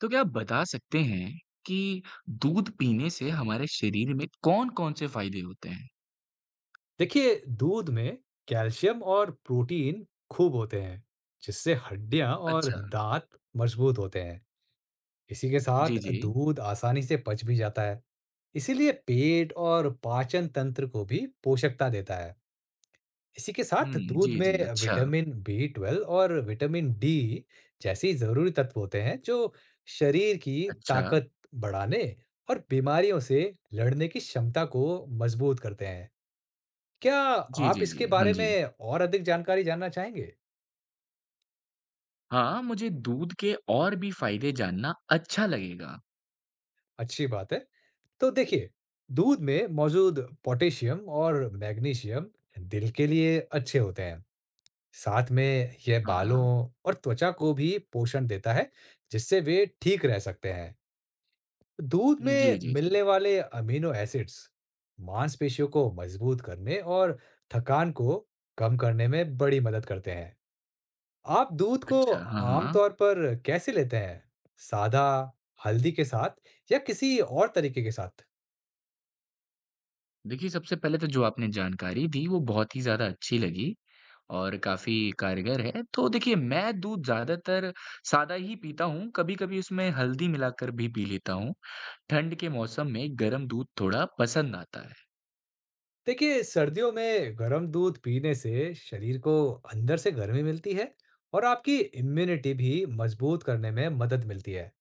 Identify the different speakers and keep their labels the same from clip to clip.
Speaker 1: तो क्या आप बता सकते हैं कि दूध पीने से हमारे शरीर में कौन-कौन से फ़ायदे होते हैं?
Speaker 2: देखिए, दूध में कैल्शियम और प्रोटीन खूब होते हैं, जिससे हड्डियां और
Speaker 1: अच्छा।
Speaker 2: दांत मजबूत होते हैं। इसी के
Speaker 1: जी,
Speaker 2: साथ
Speaker 1: जी।
Speaker 2: दूध आसानी से पच भी जाता है, इसीलिए पेट और पाचन तंत्र को भी पोषकता देता है। इसी के साथ
Speaker 1: हुँ,
Speaker 2: दूध
Speaker 1: जी, जी।
Speaker 2: में
Speaker 1: अच्छा,
Speaker 2: विटामिन B12 और विटामिन D जैसी जरूरी तत्व होते हैं, जो शरीर की
Speaker 1: अच्छा।
Speaker 2: ताकत बढ़ाने और बीमारियों से लड़ने की क्षमता को मजबूत करते हैं। क्या
Speaker 1: जी,
Speaker 2: आप
Speaker 1: जी,
Speaker 2: इसके
Speaker 1: जी। हाँ
Speaker 2: बारे
Speaker 1: जी।
Speaker 2: में और अधिक जानकारी जानना चाहेंगे?
Speaker 1: हाँ, मुझे दूध के और भी फ़ायदे जानना अच्छा लगेगा।
Speaker 2: अच्छी बात है। तो देखिए, दूध में मौजूद पोटेशियम और मैग्नीशियम दिल के लिए अच्छे होते हैं। साथ में यह
Speaker 1: हाँ,
Speaker 2: बालों
Speaker 1: हाँ।
Speaker 2: और त्वचा को भी पोषण देता है, जिससे वे ठीक रह सकते हैं। दूध
Speaker 1: जी,
Speaker 2: में
Speaker 1: जी, जी।
Speaker 2: मिलने वाले अमीनो एसिड्स मांसपेशियों को मजबूत करने और थकान को कम करने में बड़ी मदद करते हैं। आप दूध को
Speaker 1: अच्छा, हाँ, हाँ।
Speaker 2: आमतौर पर कैसे लेते हैं? सादा, हल्दी के साथ या किसी और तरीके के साथ?
Speaker 1: देखिए, सबसे पहले तो जो आपने जानकारी दी, वो बहुत ही ज़्यादा अच्छी लगी और काफ़ी कारगर है। तो देखिए, मैं दूध ज़्यादातर सादा ही पीता हूँ, कभी-कभी उसमें हल्दी मिलाकर भी पी लेता हूँ। ठंड के मौसम में गर्म दूध थोड़ा पसंद आता है।
Speaker 2: देखिए, सर्दियों में गर्म दूध पीने से शरीर को अंदर से गर्मी मिलती है और आपकी इम्यूनिटी भी मजबूत करने में मदद मिलती है।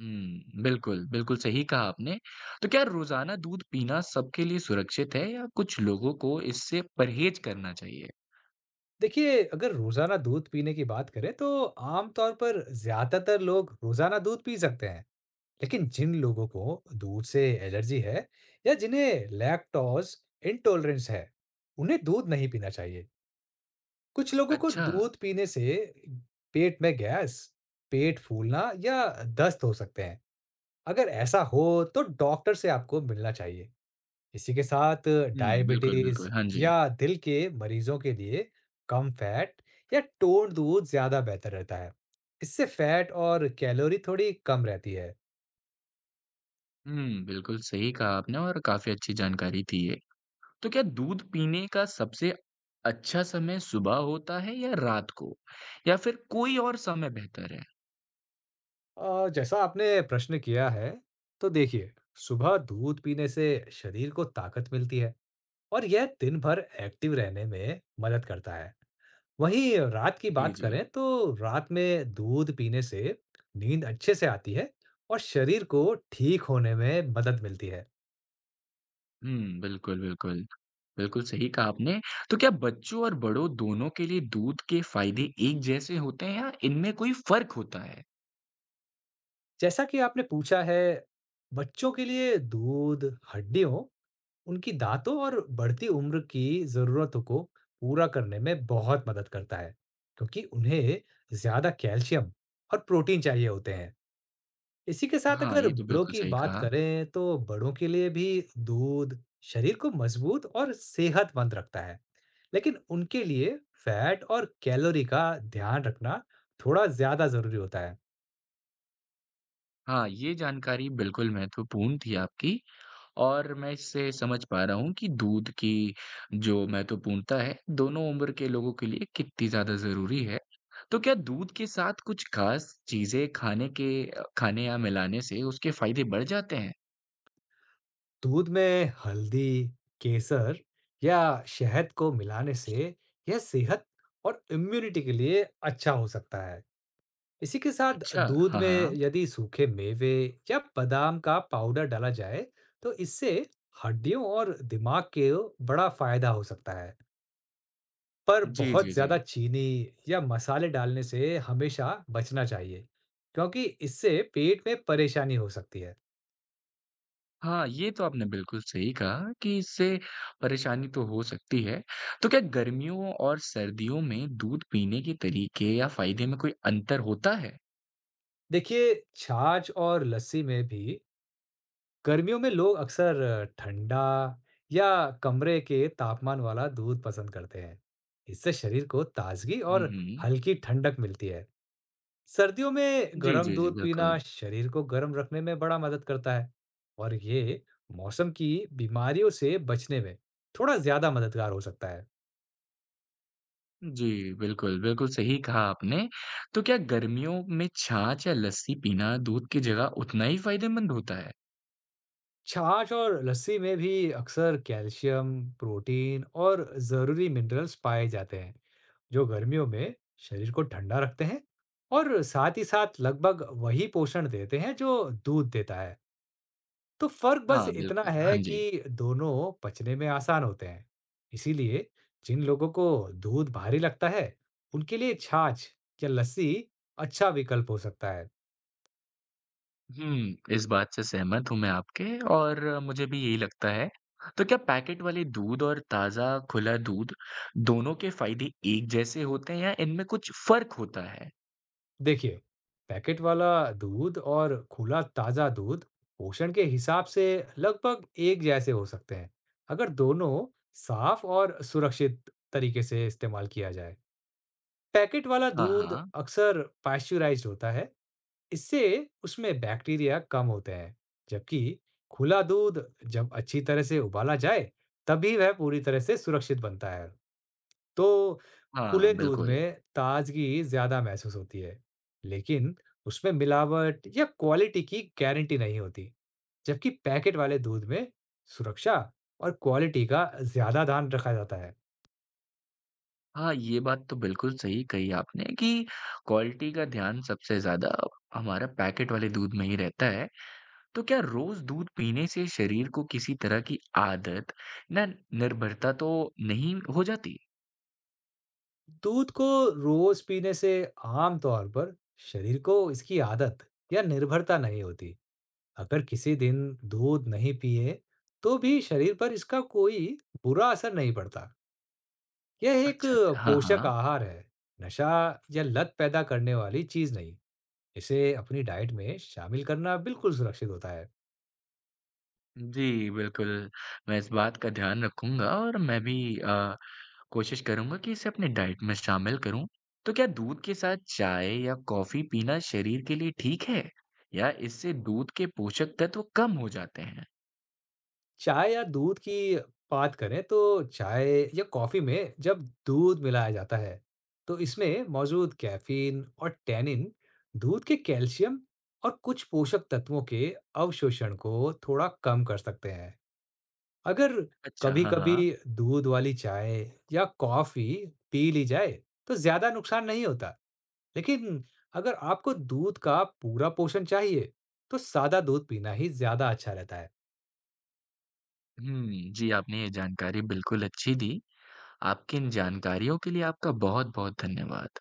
Speaker 1: हुँ, बिल्कुल, बिल्कुल सही कहा आपने। तो क्या रोज़ाना दूध पीना सबके लिए सुरक्षित है या कुछ लोगों को इससे परहेज़ करना चाहिए?
Speaker 2: देखिए, अगर रोजाना दूध पीने की बात करें तो आमतौर पर ज्यादातर लोग रोजाना दूध पी सकते हैं। लेकिन जिन लोगों को दूध से एलर्जी है या जिन्हें लैक्टोज इंटॉलरेंस है, उन्हें दूध नहीं पीना चाहिए। कुछ लोगों को
Speaker 1: अच्छा।
Speaker 2: दूध पीने से पेट में गैस, पेट फूलना या दस्त हो सकते हैं। अगर ऐसा हो तो डॉक्टर से आपको मिलना चाहिए। इसी के साथ
Speaker 1: हुँ, बिल्कुल,
Speaker 2: डायबिटीज
Speaker 1: बिल्कुल। हाँ जी।
Speaker 2: या दिल के मरीजों के लिए कम फैट या टोन दूध ज्यादा बेहतर रहता है। इससे फैट और कैलोरी थोड़ी कम रहती है।
Speaker 1: हुँ, बिल्कुल सही कहा आपने और काफ़ी अच्छी जानकारी थी ये। तो क्या दूध पीने का सबसे अच्छा समय सुबह होता है या रात को? या फिर कोई और समय बेहतर है?
Speaker 2: जैसा आपने प्रश्न किया है, तो देखिए, सुबह दूध पीने से शरीर को ताकत मिलती है और यह दिन भर एक्टिव रहने में मदद करता है। वहीं रात की
Speaker 1: जी,
Speaker 2: बात
Speaker 1: जी।
Speaker 2: करें तो रात में दूध पीने से नींद अच्छे से आती है और शरीर को ठीक होने में मदद मिलती है।
Speaker 1: हुँ, बिल्कुल, बिल्कुल। बिल्कुल सही कहा आपने। तो क्या बच्चों और बड़ों दोनों के लिए दूध के फ़ायदे एक जैसे होते हैं या इनमें कोई फ़र्क होता है?
Speaker 2: जैसा कि आपने पूछा है, बच्चों के लिए दूध हड्डियों, उनकी दांतों और बढ़ती उम्र की ज़रूरतों को पूरा करने में बहुत मदद करता है, क्योंकि उन्हें ज़्यादा कैल्शियम और प्रोटीन चाहिए होते हैं। इसी के साथ
Speaker 1: हाँ,
Speaker 2: अगर
Speaker 1: ये तो
Speaker 2: बड़ों
Speaker 1: बिल्कुल
Speaker 2: की
Speaker 1: सही
Speaker 2: बात
Speaker 1: कहा।
Speaker 2: करें, तो बड़ों के लिए भी दूध शरीर को मजबूत और सेहतमंद रखता है, लेकिन उनके लिए फैट और कैलोरी का ध्यान रखना थोड़ा ज़्यादा ज़रूरी होता है।
Speaker 1: हाँ, ये जानकारी बिल्कुल महत्वपूर्ण थी आपकी और मैं इससे समझ पा रहा हूँ कि दूध की जो महत्वपूर्णता है, दोनों उम्र के लोगों के लिए कितनी ज़्यादा ज़रूरी है। तो क्या दूध के साथ कुछ ख़ास चीज़ें खाने के खाने या मिलाने से उसके फ़ायदे बढ़ जाते हैं?
Speaker 2: दूध में हल्दी, केसर या शहद को मिलाने से यह सेहत और इम्यूनिटी के लिए अच्छा हो सकता है। इसी के साथ
Speaker 1: अच्छा,
Speaker 2: दूध
Speaker 1: हाँ,
Speaker 2: में
Speaker 1: हाँ।
Speaker 2: यदि सूखे मेवे या बादाम का पाउडर डाला जाए, तो इससे हड्डियों और दिमाग के बड़ा फायदा हो सकता है। पर
Speaker 1: जी, जी,
Speaker 2: बहुत ज़्यादा
Speaker 1: जी।
Speaker 2: चीनी या मसाले डालने से हमेशा बचना चाहिए, क्योंकि इससे पेट में परेशानी हो सकती है।
Speaker 1: हाँ, ये तो आपने बिल्कुल सही कहा कि इससे परेशानी तो हो सकती है। तो क्या गर्मियों और सर्दियों में दूध पीने के तरीके या फ़ायदे में कोई अंतर होता है?
Speaker 2: देखिए, छाछ और लस्सी में भी गर्मियों में लोग अक्सर ठंडा या कमरे के तापमान वाला दूध पसंद करते हैं। इससे शरीर को ताजगी
Speaker 1: हुँ,
Speaker 2: और
Speaker 1: हुँ।
Speaker 2: हल्की ठंडक मिलती है। सर्दियों में
Speaker 1: जी,
Speaker 2: गर्म
Speaker 1: जी, जी,
Speaker 2: दूध
Speaker 1: बिल्कुल।
Speaker 2: पीना शरीर को गर्म रखने में बड़ा मदद करता है और ये मौसम की बीमारियों से बचने में थोड़ा ज्यादा मददगार हो सकता है।
Speaker 1: जी, बिल्कुल, बिल्कुल सही कहा आपने। तो क्या गर्मियों में छाछ या लस्सी पीना दूध की जगह उतना ही फ़ायदेमंद होता है?
Speaker 2: छाछ और लस्सी में भी अक्सर कैल्शियम, प्रोटीन और ज़रूरी मिनरल्स पाए जाते हैं, जो गर्मियों में शरीर को ठंडा रखते हैं और साथ ही साथ लगभग वही पोषण देते हैं जो दूध देता है। तो फर्क बस
Speaker 1: हाँ,
Speaker 2: इतना
Speaker 1: बिल्कुल। हाँ
Speaker 2: है
Speaker 1: जी।
Speaker 2: कि दोनों पचने में आसान होते हैं। इसीलिए जिन लोगों को दूध भारी लगता है, उनके लिए छाछ या लस्सी अच्छा विकल्प हो सकता है।
Speaker 1: हुँ, इस बात से सहमत हूँ मैं आपके और मुझे भी यही लगता है। तो क्या पैकेट वाले दूध और ताज़ा खुला दूध दोनों के फ़ायदे एक जैसे होते हैं या इनमें कुछ फ़र्क होता है?
Speaker 2: देखिए, पैकेट वाला दूध और खुला ताज़ा दूध पोषण के हिसाब से लगभग एक जैसे हो सकते हैं, अगर दोनों साफ और सुरक्षित तरीके से इस्तेमाल किया जाए। पैकेट वाला
Speaker 1: हाँ,
Speaker 2: दूध
Speaker 1: हाँ।
Speaker 2: अक्सर पाश्चराइज्ड होता है, इससे उसमें बैक्टीरिया कम होते हैं, जबकि खुला दूध जब अच्छी तरह से उबाला जाए, तभी वह पूरी तरह से सुरक्षित बनता है। तो
Speaker 1: हाँ,
Speaker 2: खुले दूध
Speaker 1: बिल्कुल।
Speaker 2: में ताजगी ज्यादा महसूस होती है, लेकिन उसमें मिलावट या क्वालिटी की गारंटी नहीं होती, जबकि पैकेट वाले दूध में सुरक्षा और क्वालिटी का ज्यादा ध्यान रखा जाता है।
Speaker 1: हाँ, ये बात तो बिल्कुल सही कही आपने कि क्वालिटी का ध्यान सबसे ज़्यादा हमारा पैकेट वाले दूध में ही रहता है। तो क्या रोज़ दूध पीने से शरीर को किसी तरह की आदत ना निर्भरता तो नहीं हो जाती?
Speaker 2: दूध को रोज पीने से आमतौर पर शरीर को इसकी आदत या निर्भरता नहीं होती। अगर किसी दिन दूध नहीं पिए, तो भी शरीर पर इसका कोई बुरा असर नहीं पड़ता। यह एक
Speaker 1: अच्छा, अच्छा। हाँ,
Speaker 2: पोषक
Speaker 1: हाँ।
Speaker 2: आहार है, नशा या लत पैदा करने वाली चीज नहीं। इसे अपनी डाइट में शामिल करना बिल्कुल सुरक्षित होता है।
Speaker 1: जी, बिल्कुल, मैं इस बात का ध्यान रखूँगा और मैं भी कोशिश करूँगा कि इसे अपनी डाइट में शामिल करूँ। तो क्या दूध के साथ चाय या कॉफ़ी पीना शरीर के लिए ठीक है? या इससे दूध के पोषक तत्व कम हो जाते हैं?
Speaker 2: चाय या दूध की बात करें तो चाय या कॉफी में जब दूध मिलाया जाता है, तो इसमें मौजूद कैफीन और टैनिन दूध के कैल्शियम और कुछ पोषक तत्वों के अवशोषण को थोड़ा कम कर सकते हैं। अगर
Speaker 1: अच्छा, हाँ, हाँ।
Speaker 2: कभी-कभी दूध वाली चाय या कॉफी पी ली जाए तो ज्यादा नुकसान नहीं होता, लेकिन अगर आपको दूध का पूरा पोषण चाहिए तो सादा दूध पीना ही ज्यादा अच्छा रहता है।
Speaker 1: हुँ, जी, आपने ये जानकारी बिल्कुल अच्छी दी। आपकी इन जानकारियों के लिए आपका बहुत-बहुत धन्यवाद।